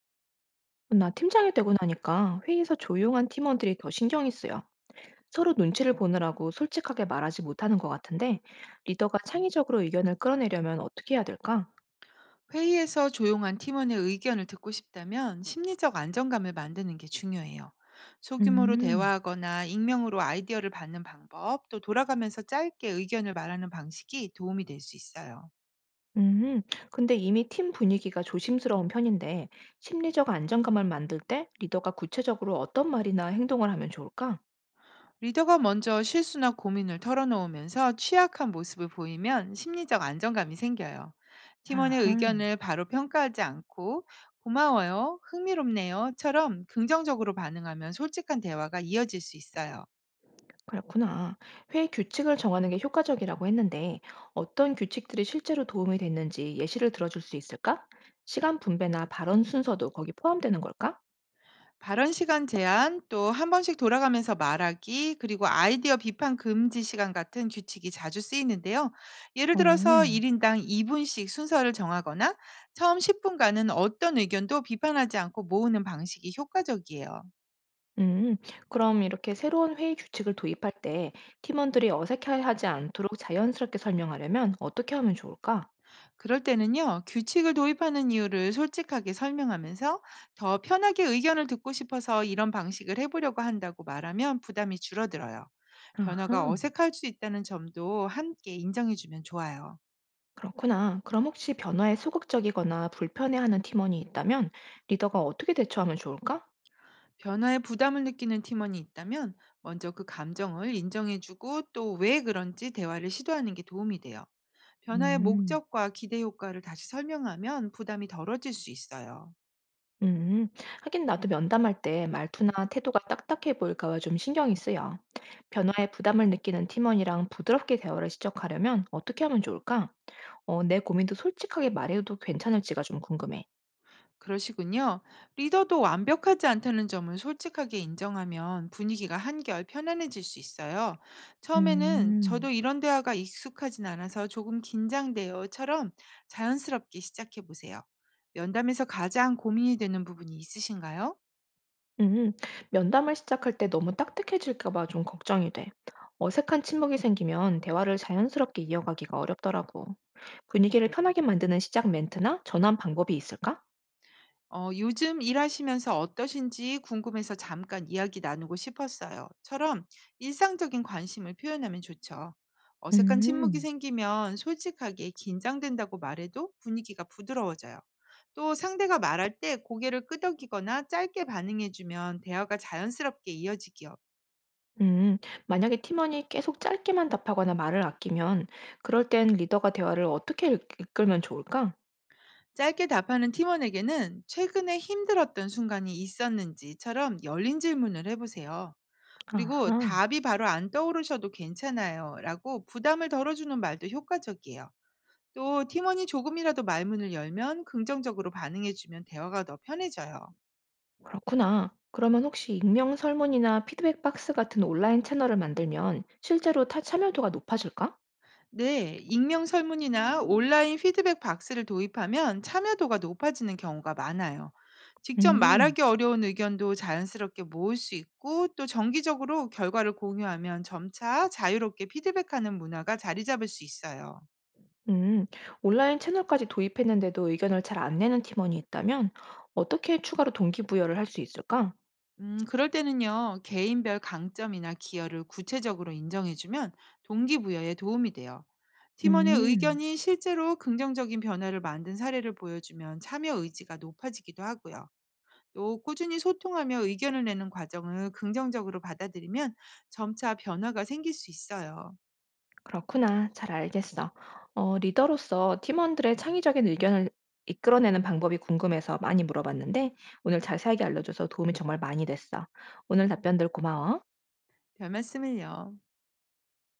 나 팀장이 되고 나니까 회의에서 조용한 팀원들이 더 신경이 쓰여. 서로 눈치를 보느라고 솔직하게 말하지 못하는 것 같은데, 리더가 창의적으로 의견을 끌어내려면 어떻게 해야 될까? 회의에서 조용한 팀원의 의견을 듣고 싶다면 심리적 안정감을 만드는 게 중요해요. 소규모로 음, 대화하거나 익명으로 아이디어를 받는 방법, 또 돌아가면서 짧게 의견을 말하는 방식이 도움이 될 수 있어요. 음, 근데 이미 팀 분위기가 조심스러운 편인데, 심리적 안정감을 만들 때 리더가 구체적으로 어떤 말이나 행동을 하면 좋을까? 리더가 먼저 실수나 고민을 털어놓으면서 취약한 모습을 보이면 심리적 안정감이 생겨요. 팀원의 아하. 의견을 바로 평가하지 않고 고마워요, 흥미롭네요처럼 긍정적으로 반응하면 솔직한 대화가 이어질 수 있어요. 그렇구나. 회의 규칙을 정하는 게 효과적이라고 했는데 어떤 규칙들이 실제로 도움이 됐는지 예시를 들어줄 수 있을까? 시간 분배나 발언 순서도 거기 포함되는 걸까? 발언 시간 제한, 또 한 번씩 돌아가면서 말하기, 그리고 아이디어 비판 금지 시간 같은 규칙이 자주 쓰이는데요. 예를 들어서 어, 1인당 인당 2분씩 분씩 순서를 정하거나 처음 10분간은 분간은 어떤 의견도 비판하지 않고 모으는 방식이 효과적이에요. 음, 그럼 이렇게 새로운 회의 규칙을 도입할 때 팀원들이 어색해하지 않도록 자연스럽게 설명하려면 어떻게 하면 좋을까? 그럴 때는요, 규칙을 도입하는 이유를 솔직하게 설명하면서 "더 편하게 의견을 듣고 싶어서 이런 방식을 해 보려고 한다."고 말하면 부담이 줄어들어요. 변화가 아하. 어색할 수 있다는 점도 함께 인정해 주면 좋아요. 그렇구나. 그럼 혹시 변화에 소극적이거나 불편해하는 팀원이 있다면 리더가 어떻게 대처하면 좋을까? 변화에 부담을 느끼는 팀원이 있다면 먼저 그 감정을 인정해주고 또 왜 그런지 대화를 시도하는 게 도움이 돼요. 변화의 음. 목적과 기대 효과를 다시 설명하면 부담이 덜어질 수 있어요. 음, 하긴 나도 면담할 때 말투나 태도가 딱딱해 보일까 봐 좀 신경이 쓰여. 변화에 부담을 느끼는 팀원이랑 부드럽게 대화를 시작하려면 어떻게 하면 좋을까? 내 고민도 솔직하게 말해도 괜찮을지가 좀 궁금해. 그러시군요. 리더도 완벽하지 않다는 점을 솔직하게 인정하면 분위기가 한결 편안해질 수 있어요. 처음에는 음, 저도 이런 대화가 익숙하진 않아서 조금 긴장돼요처럼 자연스럽게 시작해 보세요. 면담에서 가장 고민이 되는 부분이 있으신가요? 음, 면담을 시작할 때 너무 딱딱해질까 봐 좀 걱정이 돼. 어색한 침묵이 생기면 대화를 자연스럽게 이어가기가 어렵더라고. 분위기를 편하게 만드는 시작 멘트나 전환 방법이 있을까? 어, "요즘 일하시면서 어떠신지 궁금해서 잠깐 이야기 나누고 싶었어요."처럼 일상적인 관심을 표현하면 좋죠. 어색한 침묵이 음. 생기면 솔직하게 "긴장된다."고 말해도 분위기가 부드러워져요. 또 상대가 말할 때 고개를 끄덕이거나 짧게 반응해 주면 대화가 자연스럽게 이어지기요. 음, 만약에 팀원이 계속 짧게만 답하거나 말을 아끼면 그럴 땐 리더가 대화를 어떻게 이끌면 좋을까? 짧게 답하는 팀원에게는 "최근에 힘들었던 순간이 있었는지?"처럼 열린 질문을 해 보세요. 그리고 아하, "답이 바로 안 떠오르셔도 괜찮아요."라고 부담을 덜어주는 말도 효과적이에요. 또 팀원이 조금이라도 말문을 열면 긍정적으로 반응해 주면 대화가 더 편해져요. 그렇구나. 그러면 혹시 익명 설문이나 피드백 박스 같은 온라인 채널을 만들면 실제로 타 참여도가 높아질까? 네, 익명 설문이나 온라인 피드백 박스를 도입하면 참여도가 높아지는 경우가 많아요. 직접 음, 말하기 어려운 의견도 자연스럽게 모을 수 있고 또 정기적으로 결과를 공유하면 점차 자유롭게 피드백하는 문화가 자리 잡을 수 있어요. 음, 온라인 채널까지 도입했는데도 의견을 잘 안 내는 팀원이 있다면 어떻게 추가로 동기부여를 할 수 있을까? 그럴 때는요, 개인별 강점이나 기여를 구체적으로 인정해주면 동기부여에 도움이 돼요. 팀원의 음. 의견이 실제로 긍정적인 변화를 만든 사례를 보여주면 참여 의지가 높아지기도 하고요. 또 꾸준히 소통하며 의견을 내는 과정을 긍정적으로 받아들이면 점차 변화가 생길 수 있어요. 그렇구나. 잘 알겠어. 리더로서 팀원들의 창의적인 의견을 이끌어내는 방법이 궁금해서 많이 물어봤는데, 오늘 자세하게 알려줘서 도움이 정말 많이 됐어. 오늘 답변들 고마워. 별 말씀을요.